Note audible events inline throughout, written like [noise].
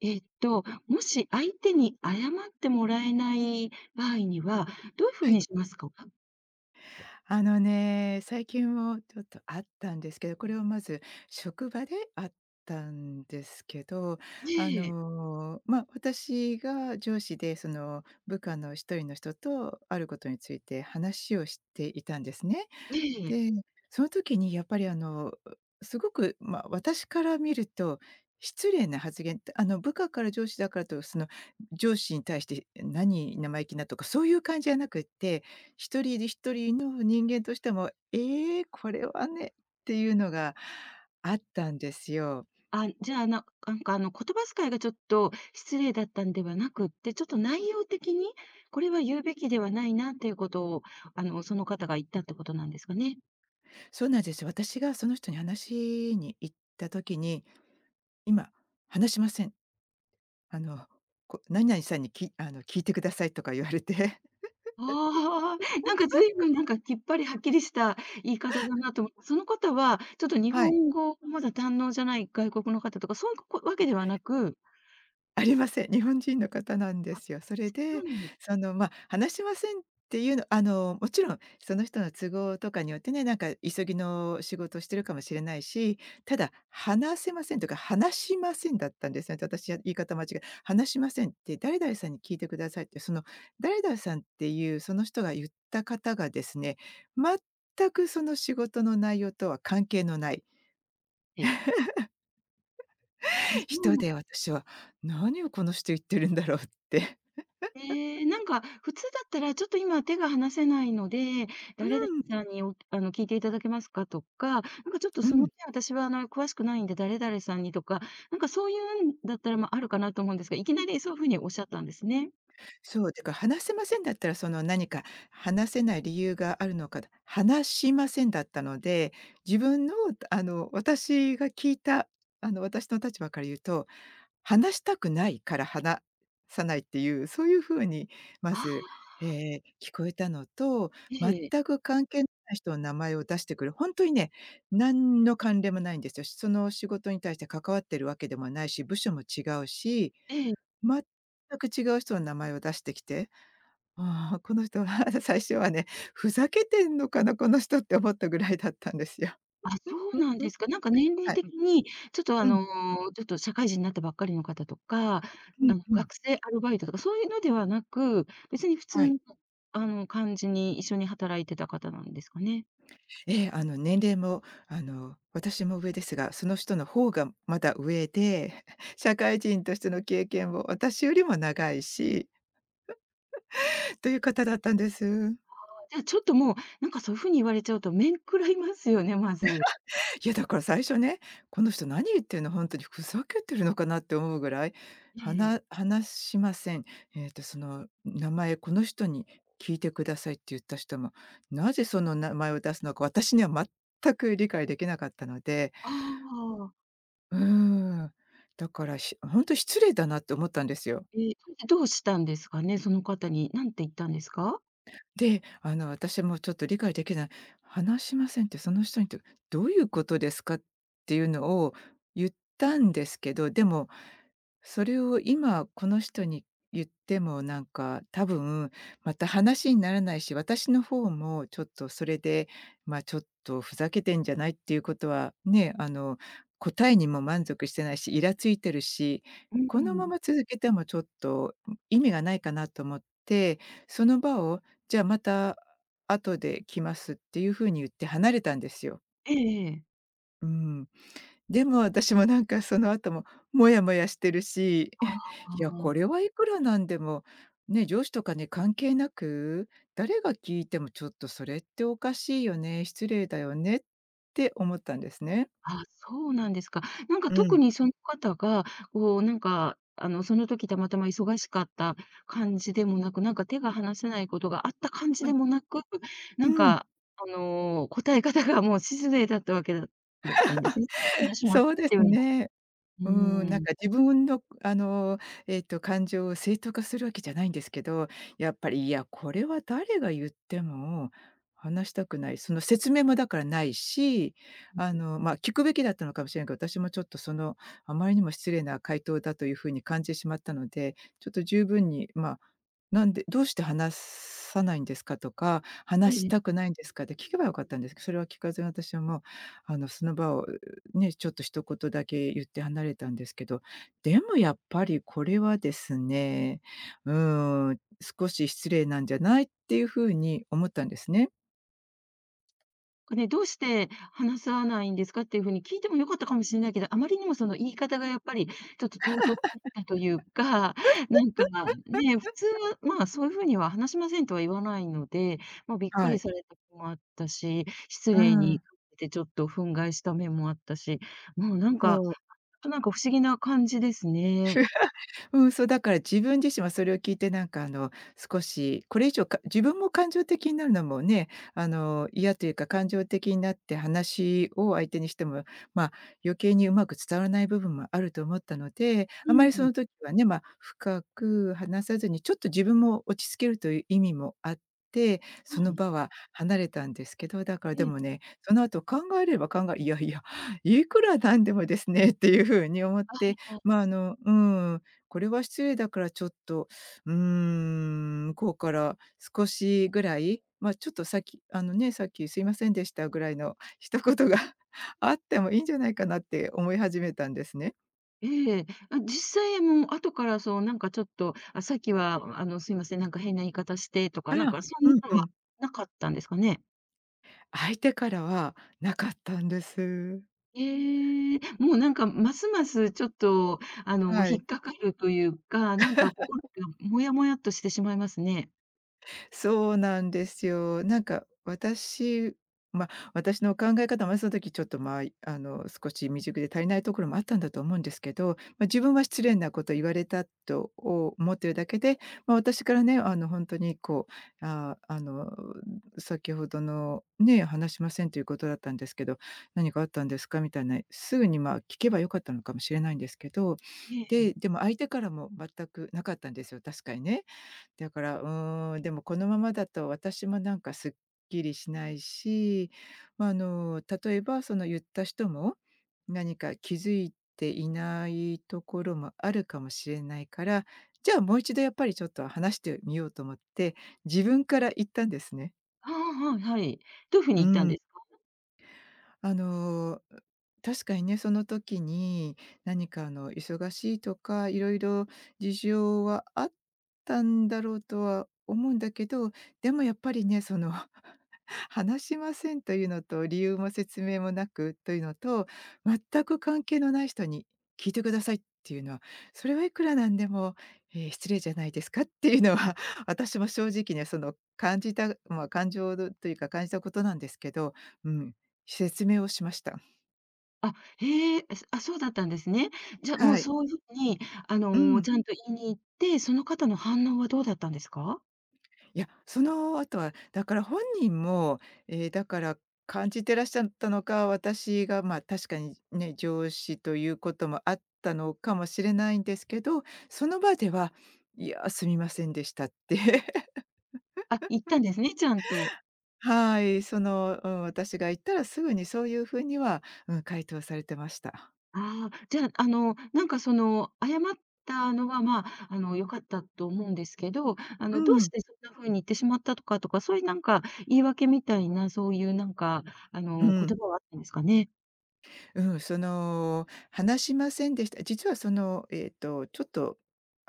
もし相手に謝ってもらえない場合には、どういうふうはにい。しますか？ね、最近もちょっとあったんですけど、これをまず職場であったんですけど、ええ、私が上司でその部下の一人の人とあることについて話をしていたんですね。ええ。で、その時にやっぱりすごく、私から見ると、失礼な発言って、部下から上司だからと、上司に対して、何生意気なとかそういう感じじゃなくって、一人で一人の人間としても、これはねっていうのがあったんですよ。あ、じゃあ、なんか言葉遣いがちょっと失礼だったんではなくって、ちょっと内容的に、これは言うべきではないなっていうことを、その方が言ったってことなんですかね？そうなんですよ。私がその人に話に行った時に、今話しません。あの、何々さんにきあの、聞いてくださいとか言われて、[laughs] ああ、[laughs] なんか随分なんかきっぱりはっきりした言い方だなと思って、その方はちょっと日はい。本語まだ堪能じゃない外国の方とか、そういうわけではなく。ありません。[laughs] 日本人の方なんであ、すよ。それそうで、なんです。話しませんっていうのもちろんその人の都合とかによってね、なんか急ぎの仕事をしてるかもしれないし、ただ話せませんとか、話しませんだったんですね。私は言い方間違え話しませんって誰々さんに聞いてくださいって、その誰々さんっていうその人が言った方がですね、全くその仕事の内容とは関係のないええ。あ、そう人なで、ん。私は、何をこの人言ってるんだろうって。なんか普通だったら、ちょっと今手が離せないので、誰々さんに聞いていただけますかとか、なんかちょっとうそのん。点私は詳しくないんで、誰々さんにとか、なんかそういうんだったら、ま、あるかなと思うんですが、いきなりそういう風におっしゃったんですね。そう、てか話せませんだったら、その何か話せない理由があるのか、話しませんだったので、自分の私が聞いた、私の立場から言うと、話したくないから話さないっていう、そういう風にまあず、あ、えー聞こえたのと、ええ、全く関係ない人の名前を出してくる、本当にね、何の関連もないんですよ。その仕事に対して関わってるわけでもないし、部署も違うし、ええ。全く違う人の名前を出してきてああ、この人は [laughs] 最初はね、ふざけてんのかな、この人って思ったぐらいだったんですよ。あ、そうんううなんんうでん。すか。なんか年齢はい。的に、ちょっとあうん、の、ちょっと社会人になったばっかりの方とか、うんうん。学生アルバイトとかそういうのではなく、別に普は通い。の、感じに一緒に働いてた方なんですかね。ええ、年齢も、私も上ですが、その人の方がまだ上で、[laughs] 社会人としての経験も私よりも長いし、という方だったんです。じゃあちょっともう、なんかそういう風に言われちゃうと面食らいますよね、まず。いや、だから最初ね、この人何言ってるの、本当にふざけてるのかなって思うぐらい、え話え。話しません。その名前、この人に聞いてくださいって言った人も、なぜその名前を出すのか、私には全く理解できなかったので、ああ、うーん、だから、本当失礼だなって思ったんですよ。ええ、それでどうしたんですかね、その方に。なんて言ったんですか？で、私もちょっと理解できない、話しませんってその人にどういうことですかっていうのを言ったんですけど、でもそれを今この人に言ってもなんか多分また話にならないし、私の方もちょっとそれで、まあ、ちょっとふざけてんじゃないっていうことは、ね、答えにも満足してないし、イラついてるし、うんこうのまん。ま続けてもちょっと、意味がないかなと思って、その場を、じゃあまた後で来ますっていう風に言って離れたんですよ。ええ、ええ。うん。でも私もなんかその後もモヤモヤしてるし、[laughs] あいや、これあ。はいくらなんでも、ね、上司とかに関係なく、誰が聞いてもちょっとそれっておかしいよね、失礼だよねって思ったんですね。あ、そうなんですか。なんかう特ん。にその方が、こうなんか、その時たまたま忙しかった感じでもなく、なんか手が離せないことがあった感じであ、もなく、なうんん、か、答え方がもう失礼だったわけだったんですね。話もそっそうたっでていすうのは。ね。ううーなんん。か自分の、感情を正当化するわけじゃないんですけど、やっぱり、いや、これは誰が言っても話したくない、その説明もだからないし、まあ、聞くべきだったのかもしれないけど、私もちょっとあまりにも失礼な回答だという風に感じてしまったので、ちょっと十分に、まあ、なんで「どうして話さないんですか？」とか「話したくないんですか？」って聞けばよかったんですけど、それは聞かずに私はもう、その場をね、ちょっと一言だけ言って離れたんですけど、でもやっぱりこれはですね、うーん、少し失礼なんじゃないっていう風に思ったんですね。ね、どうして話さないんですかっていうふうに聞いても良かったかもしれないけど、あまりにもその言い方がやっぱりちょっと唐突だったというか、[laughs] なんかね、普通は、まあ、そういうふうには話しませんとは言わないので、ま、びっくはりい。された子もあったし、失う礼にん、感じてちょっと憤慨した面もあったし、もうなんか、そう。なんか不思議な感じですね。うん、そう、だから自分自身はそれを聞いてなんか少しこれ以上か自分も感情的になるのもね、嫌というか感情的になって話を相手にしても、ま、あ余計にうまく伝わらない部分もあると思ったので、うあまりそん、うの時はね、深く話さずにちょっと自分も落ち着けるという意味もあって、そのん。場は離れたんですけど、だからでえもえ。ね、その後考えればいやいや、いくらなんでもですねっていう風に思って、ま、ああのうん、これは失礼だからちょっと、向こうから少しぐらい、ちょっとさっきすいませんでしたぐらいの [laughs] 一言が [laughs] あってもいいんじゃないかなって思い始めたんですね。ええ、あ、実際もう後からそうなんかちょっと、あ、さっきはあのすいません、なんか変な言い方してとか、なんあ、かそんうなんのうはん。なかったんですかね？相手からはなかったんです。ええ、もうなんかますますちょっとあのは引い。っかかるというか、なんか心がモヤモヤっとしてしまいますね。そうなんですよ。なんか私まあ、私の考え方もねその時ちょっと、まあ、少し未熟で足りないところもあったんだと思うんですけど、まあ、自分は失礼なこと言われたと思ってるだけで、まあ、私からね、本当にう、ああ、の、先ほどのね、話しませんということだったんですけど、何かあったんですかみたいな、すぐに、聞けばよかったのかもしれないんですけど、ええ。でも相手からも全くなかったんですよ、確かにね。だから、でもこのままだと私もなんかすっきりしないし、まあ、例えばその言った人も、何か気づいていないところもあるかもしれないから、じゃあもう一度やっぱりちょっと話してみようと思って、自分から言ったんですね。ああ、はいはい。どういう風うに言ったんん。ですか？あの、確かにね、その時に何か忙しいとか、いろいろ事情はあったんだろうとは思うんだけど、でもやっぱりね、その [laughs]、話しませんというのと、理由も説明もなくというのと、全く関係のない人に聞いてくださいっていうのは、それはいくらなんでも、失礼じゃないですかっていうのは [laughs]、私も正直ね、その感じたまあ、感情というか感じたことなんですけど、うん、説明をしました。あ、へえ、あ、あ、そうだったんですね。じゃ、もはうい。そういう風にうん。ちゃんと言いに行って、その方の反応はどうだったんですか？いや、その後は、だから本人も、だから感じてらっしゃったのか、私が、確かにね、上司ということもあったのかもしれないんですけど、その場では、いや、すみませんでしたって。[laughs] あ、行ったんですね、ちゃんと。はい、私が言ったらすぐにそういうふうには、回答されてました。ああ、じゃあ、なんかその、謝ったのは、まあ、良かったと思うんですけど、うどうん、してそんな風に言ってしまったとかとか、そういうなんか言い訳みたいな、そういうなんか、うん。言葉はあったんですかね？うん、話しませんでした。実はちょっと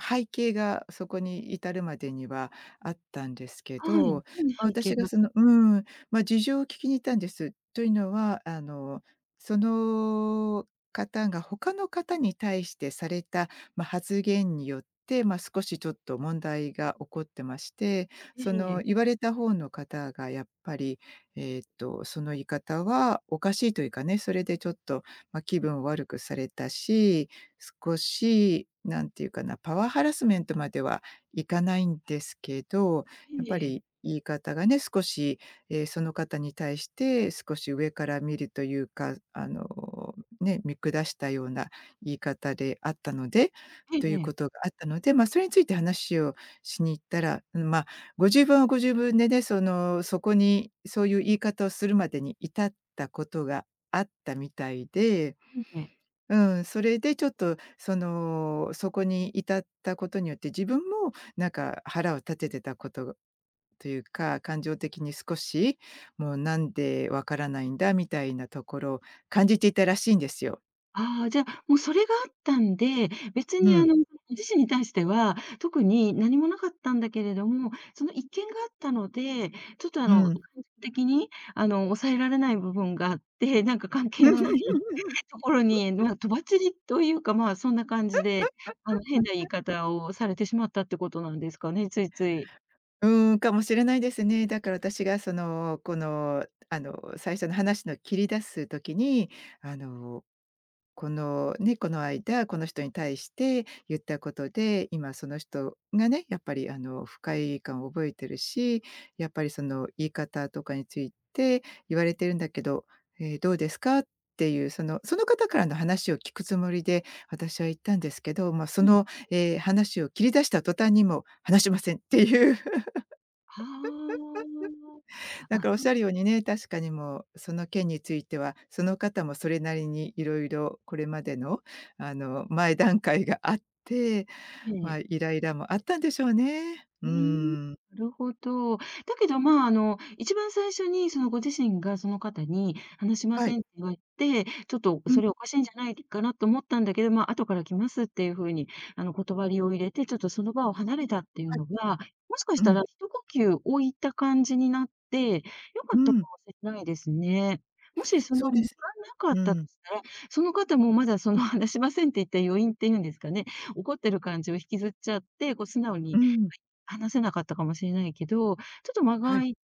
背景がそこに至るまでにはあったんですけはい、どど、んな背景私ががあっそた。の事情を聞きに行ったんです。というのは、その方が他の方に対してされた、発言によって、少しちょっと問題が起こってまして、えそのえ、言われた方の方がやっぱりその言い方はおかしいというかね、それでちょっと、気分を悪くされたし、少しなんていうかな、パワーハラスメントまではいかないんですけど、えやっえ、ぱええ、り言い方がね、少し、その方に対して少し上から見るというか、ね、見下したような言い方であったのでえというこえ、とがあったので、それについて話をしに行ったら、うん、ご自分はご自分でね、そこにそういう言い方をするまでに至ったことがあったみたいで、ええ。うん、それでちょっと、そこに至ったことによって、自分もなんか腹を立ててたことというか、感情的に少し、もうなんでわからないんだみたいなところを感じていたらしいんですよ。ああ、じゃあ、もうそれがあったんで、別うにん、ご自身に対しては、特に何もなかったんだけれども、その一件があったので、ちょっとう感ん。情的に、抑えられない部分があって、なんか関係のない [laughs] [laughs] ところに、まあ、とばっちりというか、まあ、そんな感じで、変な言い方をされてしまったってことなんですかね、ついつい。うーん、かもしれないですね。だから私がその、この、最初の話の切り出す時に、あの、このね、この間、この人に対して言ったことで、今その人がね、やっぱり不快感を覚えてるし、やっぱりその言い方とかについて言われてるんだけど、どうですかっていう、その方からの話を聞くつもりで、私は言ったんですけど、まあ、そうん。の、話を切り出した途端にも話しませんっていう。ああ。だあ、からそおっしう。ゃるようにね、確かにもうその件については、その方もそれなりにいろいろこれまでの、前段階があって、えまあ、え。イライラもあったんでしょうね。ううーん、ーん。なるほど。だけど、まあ、一番最初にそのご自身がその方に「話しまはせい。ん」って言われて、ちょっとうん、それおかしいんじゃないかなと思ったんだけど、まあ、後から来ますっていう風に、断りを入れて、ちょっとその場を離れたっていうはい。のが、もしかしうたらん、一呼吸置いた感じになって、良うかったかん。もしれないですね。もしそのそうで向かす。なかっうたとん、したら、その方もまだその話しませんって言った余韻っていうんですかね、怒ってる感じを引きずっちゃって、こう素直うにん。話せなかったかもしれないけど、ちょっと間がは空い。いて、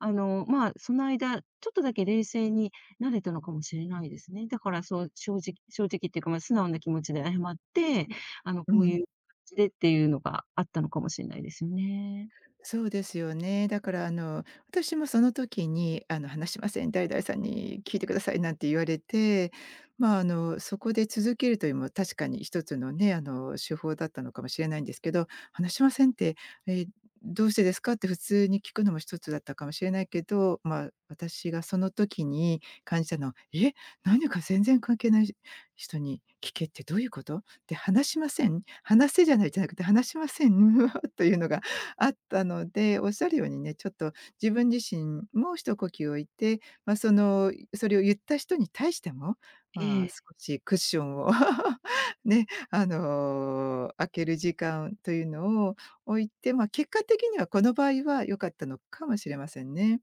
まあ、その間、ちょっとだけ冷静になれたのかもしれないですね。だからそう、正直っていうか、まあ、素直な気持ちで謝って、うこういん。う感じでっていうのがあったのかもしれないですよね。そうですよね。だからあの、私もその時にあの「話しません、誰々さんに聞いてください」なんて言われて、まあ、そこで続けるというのも確かに一つのね、手法だったのかもしれないんですけど、「話しませんって、え、どうしてですか？」って普通に聞くのも一つだったかもしれないけど、まあ、私がその時に感じたのは、「え、何か全然関係ない人に聞けってどういうこと？」で、「話しません」「話せ」じゃないじゃなくて「話しません」[laughs] というのがあったので、おっしゃるようにね、ちょっと自分自身も一呼吸置いて、まあ、その、それを言った人に対しても、えまあ、え。少しクッションを [laughs] ね、開ける時間というのを置いて、まあ、結果的にはこの場合は良かったのかもしれませんね。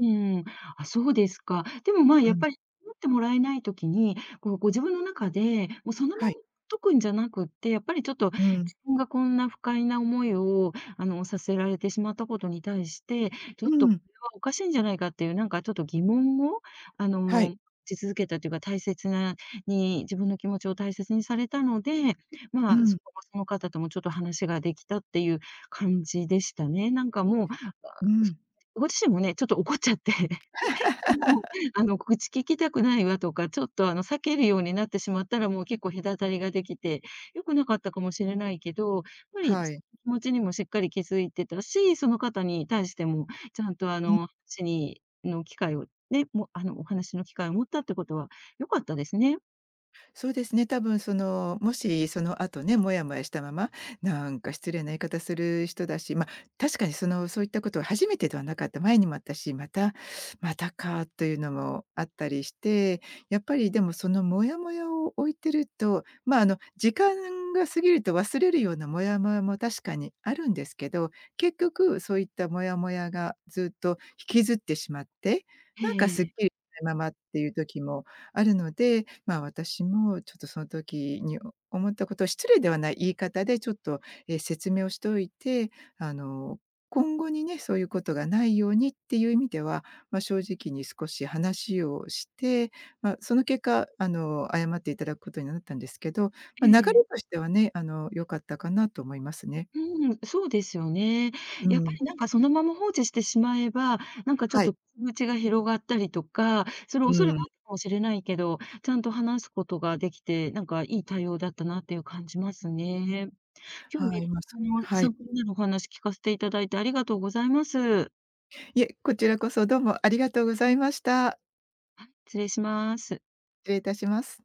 うん、あ、そうですか。でも、まあ、うやっん。ぱり思ってもらえないときに、こう、ご自分の中で、もうそのまはまい。解くんじゃなくって、やっぱりちょっと自うん。分がこんな不快な思いを、させられてしまったことに対して、ちょっうとこん。れはおかしいんじゃないかっていう、なんかちょっと疑問を、はい。持ち続けたというか、大切なに自分の気持ちを大切にされたので、うまあ、そん。こその方ともちょっと話ができたっていう感じでしたね。なんかもう、うん。ご自身もね、ちょっと怒っちゃって [laughs] もう、愚痴聞きたくないわとか、ちょっと、避けるようになってしまったら、もう結構隔たりができて、良くなかったかもしれないけど、やっぱり、気はい。持ちにもしっかり気づいてたし、その方に対しても、ちゃんと、話にの機会をね、もうあの、お話の機会を持ったってことは良かったですね。そうですね、多分その、もしその後ね、もやもやしたまま、なんか失礼な言い方する人だし、まあ、確かにその、そういったことは初めてではなかった、前にもあったし、またまたかというのもあったりして、やっぱりでもそのもやもやを置いてると、まあ、時間が過ぎると忘れるようなもやもやも確かにあるんですけど、結局そういったもやもやがずっと引きずってしまって、えなんかすっきえ。りしないままっていう時もあるので、まあ、私もちょっとその時に思ったことを失礼ではない言い方でちょっと、え、説明をしておいて、あの、今後にね、そういうことがないようにっていう意味では、まあ、正直に少し話をして、まあ、その結果、謝っていただくことになったんですけど、まあ、流れええ。としてはね、良かったかなと思いますね。うん、そうですよね。うやっぱん。りなんかそのまま放置してしまえば、なんかちょっはい。と口が広がったりとか、それう恐れもあん。ったかもしれないけど、ちゃんと話すことができて、なんかいい対応だったなっていう感じますね。今はい、日まあ、そもは参い。考になるお話聞かせていただいてありがとうございます。いえ、こちらこそどうもありがとうございました。失礼します。失礼いたします。